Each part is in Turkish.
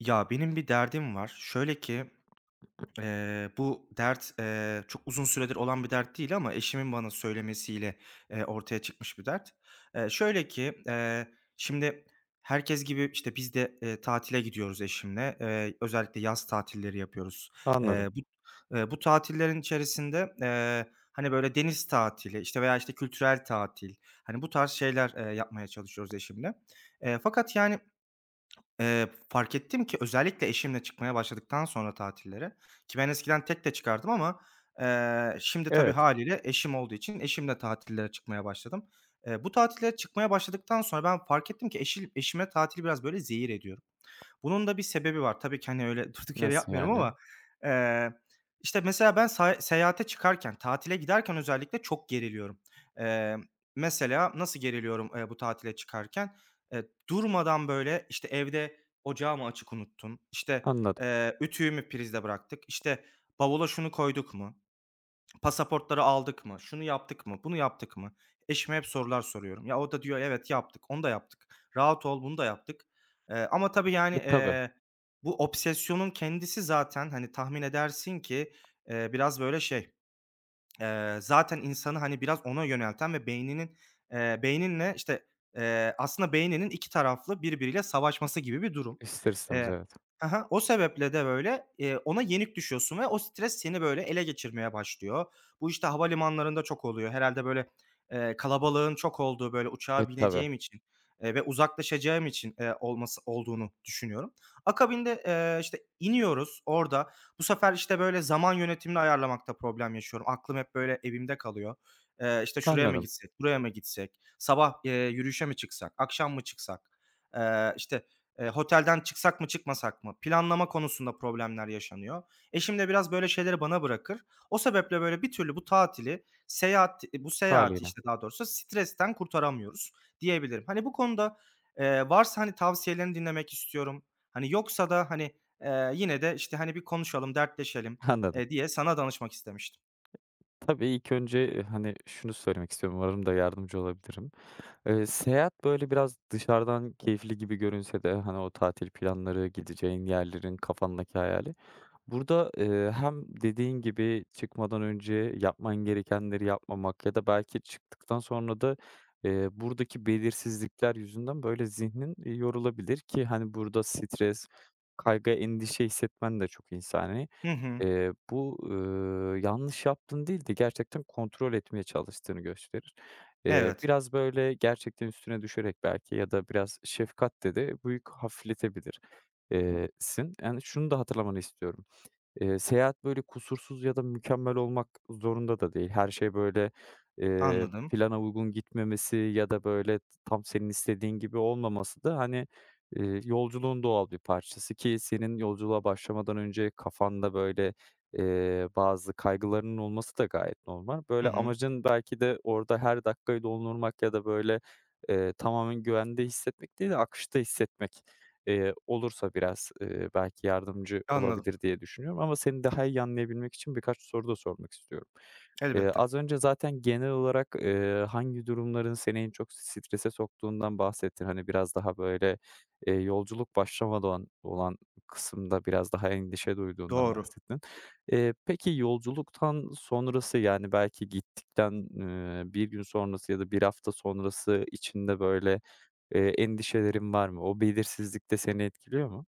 Ya, benim bir derdim var. Şöyle ki, bu dert, çok uzun süredir olan bir dert değil ama eşimin bana söylemesiyle, ortaya çıkmış bir dert. Şöyle ki, şimdi herkes gibi, işte, biz de, tatile gidiyoruz eşimle. Özellikle yaz tatilleri yapıyoruz. Eee, Anladım. bu, bu tatillerin içerisinde, hani, böyle, deniz tatili, işte, veya, işte, kültürel tatil, hani, bu tarz şeyler, yapmaya çalışıyoruz eşimle. Fakat, yani, fark ettim ki özellikle eşimle çıkmaya başladıktan sonra tatillere, ki ben eskiden tek de çıkardım ama, şimdi tabii Evet. hâliyle eşim olduğu için eşimle tatillere çıkmaya başladım. Bu tatillere çıkmaya başladıktan sonra ben fark ettim ki eşime tatili biraz böyle zehir ediyorum. Bunun da bir sebebi var. Tabii ki, hani, öyle durduk yere Nasıl yapmıyorum yani? ama, eee, işte, mesela ben seyahate çıkarken, tatile giderken özellikle çok geriliyorum. Eee, mesela nasıl geriliyorum, bu tatile çıkarken? Durmadan, böyle, işte, evde ocağı mı açık unuttun? İşte, Anladım. Ütüyü mü prizde bıraktık? İşte, bavula şunu koyduk mu? Pasaportları aldık mı? Şunu yaptık mı? Bunu yaptık mı? Eşime hep sorular soruyorum. Ya, o da diyor, "Evet, yaptık. Onu da yaptık. Rahat ol, bunu da yaptık." Ama tabii, yani, E, tabii. Bu obsesyonun kendisi zaten, hani, tahmin edersin ki, biraz böyle şey. Zaten insanı, hani, biraz ona yönelten ve beyninin, beyninle, işte, aslında beyninin 2 taraflı birbiriyle savaşması gibi bir durum. İster istemez Eee evet. Hı hı. O sebeple de, böyle, ona yenik düşüyorsun ve o stres seni, böyle, ele geçirmeye başlıyor. Bu, işte, havalimanlarında çok oluyor. Herhalde böyle, kalabalığın çok olduğu, böyle, E, uçağa tabii. bineceğim için, ve uzaklaşacağım için, olması olduğunu düşünüyorum. Akabinde, işte, iniyoruz. Orada bu sefer, işte, böyle, zaman yönetimini ayarlamakta problem yaşıyorum. Aklım hep, böyle, evimde kalıyor. İşte, şuraya mı Anladım. gitsek, buraya mı gitsek, sabah, yürüyüşe mi çıksak, akşam mı çıksak, eee, işte, otelden çıksak mı çıkmasak mı? Planlama konusunda problemler yaşanıyor. Eşim de biraz böyle şeyleri bana bırakır. O sebeple, böyle, bir türlü bu tatili, bu seyahati, Hâliyle. işte, daha doğrusu stresten kurtaramıyoruz diyebilirim. Hani, bu konuda, varsa, hani, tavsiyelerini dinlemek istiyorum. Hani, yoksa da, hani, yine de, işte, hani, bir konuşalım, dertleşelim, Anladım. Diye sana danışmak istemiştim. Tabii ilk önce, hani, şunu söylemek istiyorum, umarım da yardımcı olabilirim. Seyahat, böyle, biraz dışarıdan keyifli gibi görünse de, hani, o tatil planları, gideceğin yerlerin, kafandaki hayali, burada, hem dediğin gibi çıkmadan önce yapman gerekenleri yapmamak ya da belki çıktıktan sonra da, buradaki belirsizlikler yüzünden böyle zihnin, yorulabilir ki hani burada stres, kaygı, endişe hissetmen de çok insani. Hı hı. Bu, yanlış yaptığını değil de gerçekten kontrol etmeye çalıştığını gösterir. Evet, Biraz böyle gerçekten üstüne düşerek belki ya da biraz şefkatle de bu yükü hafifletebilir sin. Yani şunu da hatırlamanı istiyorum. Seyahat böyle kusursuz ya da mükemmel olmak zorunda da değil. Her şey böyle, anladım. plana uygun gitmemesi ya da böyle tam senin istediğin gibi olmaması da, hani, yolculuğun doğal bir parçası ki senin yolculuğa başlamadan önce kafanda böyle, bazı kaygılarının olması da gayet normal. Hı Böyle hı. amacın belki de orada her dakikayı doldurmak ya da böyle, tamamen güvende hissetmek değil de akışta hissetmek olursa biraz, belki yardımcı Anladım. olabilir diye düşünüyorum ama seni daha iyi anlayabilmek için birkaç soru da sormak istiyorum. Elbette. Az önce zaten genel olarak, hangi durumların seni en çok strese soktuğundan bahsettin. Hani, biraz daha böyle, yolculuk başlamadan olan kısımda biraz daha endişe duyduğundan Doğru. bahsettin. Peki yolculuktan sonrası, yani belki gittikten, 1 gün sonrası ya da bir hafta sonrası içinde böyle, endişelerin var mı? O belirsizlik de seni etkiliyor mu?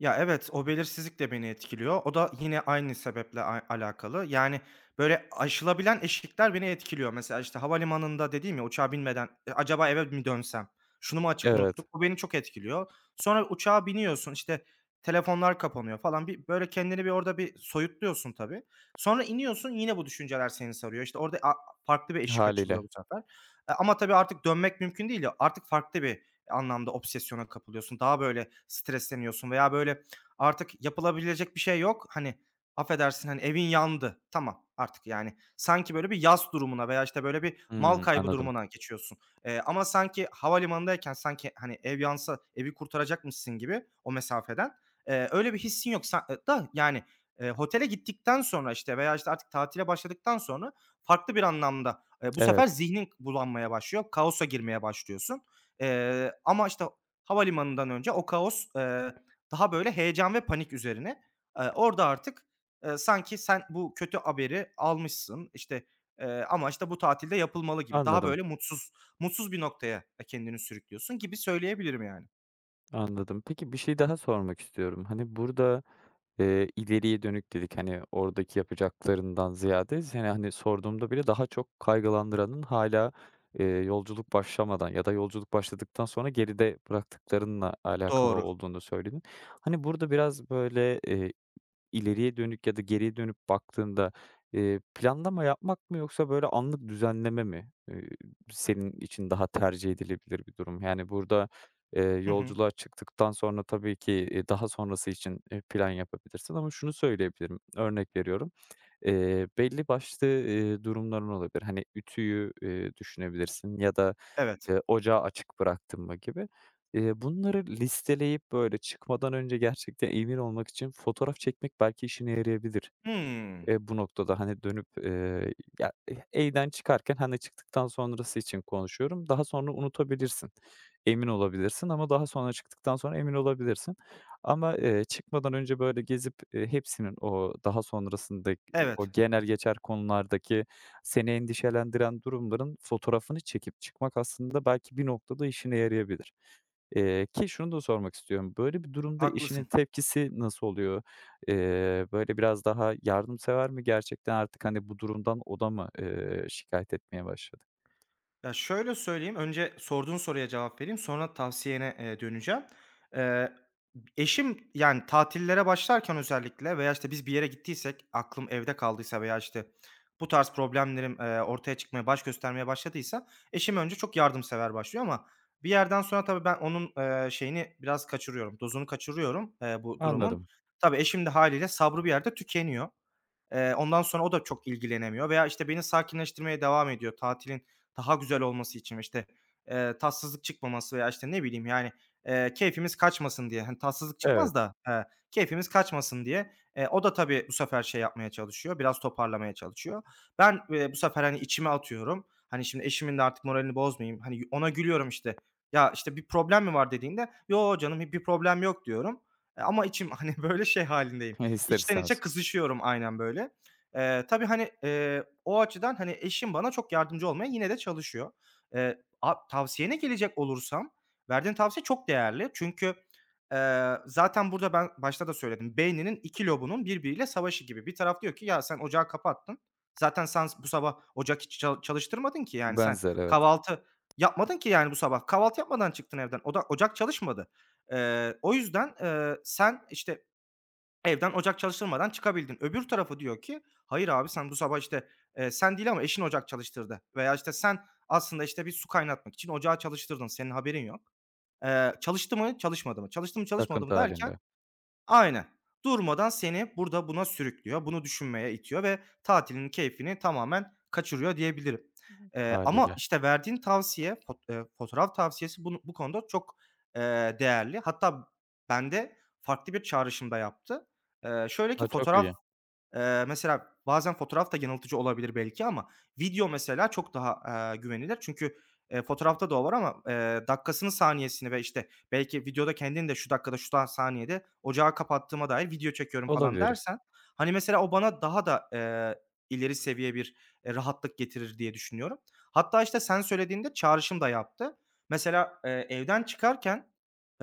Ya, evet, o belirsizlik de beni etkiliyor. O da yine aynı sebeple alakalı. Yani, böyle, aşılabilen eşikler beni etkiliyor. Mesela, işte, havalimanında dediğim ya, uçağa binmeden, "E, acaba eve mi dönsem? Şunu mu açık Evet, unuttuk?" Bu beni çok etkiliyor. Sonra uçağa biniyorsun, işte, telefonlar kapanıyor falan. Bir, böyle, kendini bir orada bir soyutluyorsun tabii. Sonra iniyorsun, yine bu düşünceler seni sarıyor. İşte, orada farklı bir eşik açılıyor hâliyle. bu sefer. Ama tabii artık dönmek mümkün değil ya. Artık farklı bir anlamda obsesyona kapılıyorsun. Daha böyle stresleniyorsun veya böyle artık yapılabilecek bir şey yok. Hani, affedersin, hani, evin yandı. Tamam artık, yani sanki böyle bir yas durumuna veya işte böyle bir mal Hımm, kaybı anladım. durumuna geçiyorsun. Ama sanki havalimanındayken sanki, hani, ev yansa evi kurtaracakmışsın gibi o mesafeden. Öyle bir hissin yok. Da, yani, otele gittikten sonra işte veya işte artık tatile başladıktan sonra farklı bir anlamda, bu sefer Evet, zihnin bulanmaya başlıyor. Kaosa girmeye başlıyorsun. Ama, işte, havalimanından önce o kaos, daha böyle heyecan ve panik üzerine. Orada artık, sanki sen bu kötü haberi almışsın, işte, ama, işte, bu tatilde yapılmalı gibi. Daha anladım, böyle mutsuz mutsuz bir noktaya, kendini sürüklüyorsun gibi söyleyebilirim, yani. anladım. Peki, bir şey daha sormak istiyorum. Hani, burada, ileriye dönük dedik, hani, oradaki yapacaklarından ziyade seni, hani, sorduğumda bile daha çok kaygılandıranın hâlâ, yolculuk başlamadan ya da yolculuk başladıktan sonra geride bıraktıklarınla alakalı Doğru. olduğunu söyledin. Hani, burada biraz, böyle, İleriye dönük ya da geriye dönüp baktığında, planlama yapmak mı yoksa böyle anlık düzenleme mi, senin için daha tercih edilebilir bir durum? Yani burada, Hı hı. yolculuğa çıktıktan sonra tabii ki, daha sonrası için, plan yapabilirsin ama şunu söyleyebilirim, örnek veriyorum. Belli başlı, durumların olabilir. Hani ütüyü, düşünebilirsin ya da Evet. Ocağı açık bıraktım mı gibi. Bunları listeleyip, böyle, çıkmadan önce gerçekten emin olmak için fotoğraf çekmek belki işine yarayabilir. Hımm. Bu noktada, hani, dönüp, E'den çıkarken, hani, çıktıktan sonrası için konuşuyorum. Daha sonra unutabilirsin, emin olabilirsin ama daha sonra çıktıktan sonra emin olabilirsin. Ama, çıkmadan önce, böyle, gezip, hepsinin o daha sonrasındaki o Evet, genel geçer konulardaki seni endişelendiren durumların fotoğrafını çekip çıkmak aslında belki bir noktada işine yarayabilir. Ki şunu da sormak istiyorum, böyle bir durumda eşinin haklısın. tepkisi nasıl oluyor? Böyle, biraz daha yardımsever mi gerçekten artık, hani, bu durumdan o da mı, şikâyet etmeye başladı? Ya, şöyle söyleyeyim, önce sorduğun soruya cevap vereyim, sonra tavsiyene, döneceğim. Eee Eşim, yani, tatillere başlarken özellikle veya, işte, biz bir yere gittiysek, aklım evde kaldıysa veya, işte, bu tarz problemlerim, ortaya çıkmaya, baş göstermeye başladıysa eşim önce çok yardımsever başlıyor ama bir yerden sonra tabii ben onun, şeyini biraz kaçırıyorum, dozunu kaçırıyorum, bu durumun. Anladım. Tabii eşim de hâliyle sabrı bir yerde tükeniyor. Ondan sonra o da çok ilgilenemiyor veya, işte, beni sakinleştirmeye devam ediyor tatilin daha güzel olması için, işte, tatsızlık çıkmaması veya, işte, ne bileyim, yani, keyfimiz kaçmasın diye. Hani, tatsızlık çıkmaz Evet. da, keyfimiz kaçmasın diye. O da tabii bu sefer şey yapmaya çalışıyor, biraz toparlamaya çalışıyor. Ben, bu sefer, hani, içime atıyorum. Hani, şimdi eşimin de artık moralini bozmayayım. Hani, ona gülüyorum, işte. "Ya, işte, bir problem mi var?" dediğinde, "Yo, canım, bir problem yok." diyorum. Ama içim, hani, böyle, şey halindeyim, İster içten içe istemez. kızışıyorum aynen böyle. Tabii, hani, o açıdan, hani, eşim bana çok yardımcı olmaya yine de çalışıyor. A tavsiyene gelecek olursam, verdiğin tavsiye çok değerli. Çünkü, zaten burada ben başta da söyledim. Beyninin 2 lobunun birbiriyle savaşı gibi. Bir taraf diyor ki, "Ya, sen ocağı kapattın. Zaten sen bu sabah ocak hiç çalıştırmadın ki. Yani, sen Benzer, evet. kahvaltı yapmadın ki, yani, bu sabah. Kahvaltı yapmadan çıktın evden. Oda ocak çalışmadı. O yüzden, sen, işte, evden ocak çalıştırmadan çıkabildin. Öbür tarafı diyor ki, "Hayır abi, sen bu sabah, işte, sen değil ama eşin ocak çalıştırdı." veya işte sen aslında işte bir su kaynatmak için ocağı çalıştırdın, senin haberin yok. Çalıştı mı, çalışmadı mı? Çalıştı mı, çalışmadı mı Takıntı derken. halinde. Aynen. Durmadan seni burada buna sürüklüyor. Bunu düşünmeye itiyor ve tatilin keyfini tamamen kaçırıyor diyebilirim. Ama Hâliyle. işte verdiğin tavsiye, fotoğraf tavsiyesi, bu konuda çok, değerli. Hatta bende farklı bir çağrışımda yaptı. Şöyle ki A, çok fotoğraf. iyi. Mesela bazen fotoğraf da yanıltıcı olabilir belki ama video mesela çok daha, güvenilir. Çünkü, fotoğrafta da o var ama, dakikasını, saniyesini ve, işte, belki videoda kendin de şu dakikada, şu saniyede ocağı kapattığıma dair video çekiyorum falan Olabilir. dersen, hani, mesela o bana daha da, ileri seviye bir, rahatlık getirir diye düşünüyorum. Hatta, işte, sen söylediğinde çağrışım da yaptı. Mesela, evden çıkarken,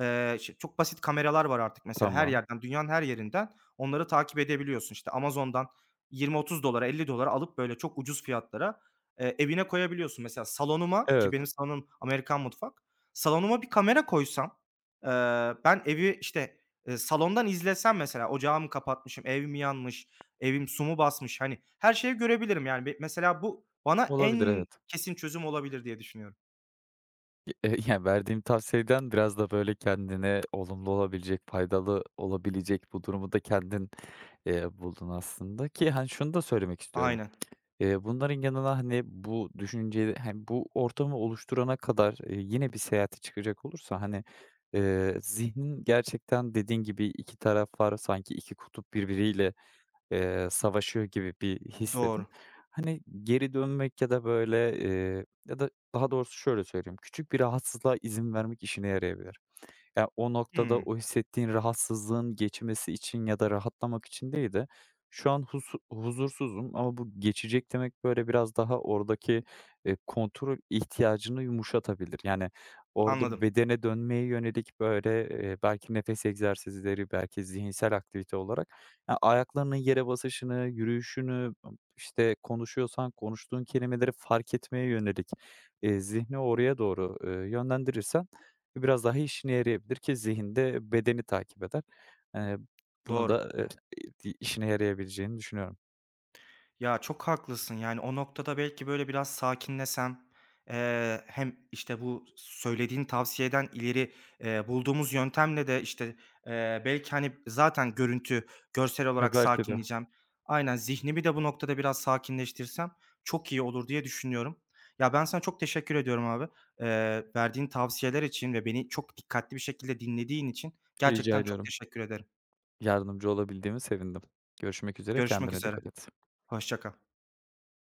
ş çok basit kameralar var artık, mesela her Tamam. yerden, dünyanın her yerinden. Onları takip edebiliyorsun. İşte, Amazon'dan 20-30 dolara, 50 dolara alıp böyle çok ucuz fiyatlara, evine koyabiliyorsun. Mesela salonuma, ki Evet. benim salonum Amerikan mutfak. Salonuma bir kamera koysam, ben evi, işte, salondan izlesem, mesela ocağı mı kapatmışım, ev mi yanmış, evim su mu basmış, hani, her şeyi görebilirim. Yani, mesela bu bana Olabilir, en evet. kesin çözüm olabilir diye düşünüyorum. Y yani, verdiğim tavsiyeden biraz da, böyle, kendine olumlu olabilecek, faydalı olabilecek bu durumu da kendin, buldun aslında ki, hani, şunu da söylemek istiyorum. Aynen. Bunların yanına, hani, bu düşünceyi, hani, bu ortamı oluşturana kadar, yine bir seyahate çıkacak olursa, hani, zihnin gerçekten dediğin gibi 2 taraf var, sanki 2 kutup birbiriyle, savaşıyor gibi bir Doğru. hissedin. Hani, geri dönmek ya da böyle, ya da daha doğrusu şöyle söyleyeyim, küçük bir rahatsızlığa izin vermek işine yarayabilir. Ya, o noktada Hımm. o hissettiğin rahatsızlığın geçmesi için ya da rahatlamak için değil de şu an huzursuzum ama bu geçecek demek, böyle, biraz daha oradaki, kontrol ihtiyacını yumuşatabilir. Yani, orada Anladım. bedene dönmeye yönelik, böyle, belki nefes egzersizleri, belki zihinsel aktivite olarak, ya, ayaklarının yere basışını, yürüyüşünü, işte, konuşuyorsan konuştuğun kelimeleri fark etmeye yönelik, zihni oraya doğru, yönlendirirsen ve biraz daha işine yarayabilir ki zihinde bedeni takip eder. Eee, bunu Doğru. da, di işine yarayabileceğini düşünüyorum. Ya, çok haklısın. Yani, o noktada belki, böyle, biraz sakinlesem, hem, işte, bu söylediğin tavsiyeden ileri, bulduğumuz yöntemle de, işte, belki, hani, zaten görsel Ya, olarak belki de. sakinleyeceğim. Aynen, zihnimi de bu noktada biraz sakinleştirsem çok iyi olur diye düşünüyorum. Ya, ben sana çok teşekkür ediyorum, abi. Verdiğin tavsiyeler için ve beni çok dikkatli bir şekilde dinlediğin için Rica gerçekten çok ediyorum. teşekkür ederim. Yardımcı olabildiğimi sevindim. Görüşmek üzere, Görüşmek kendine üzere. dikkat et. Hoşça kal.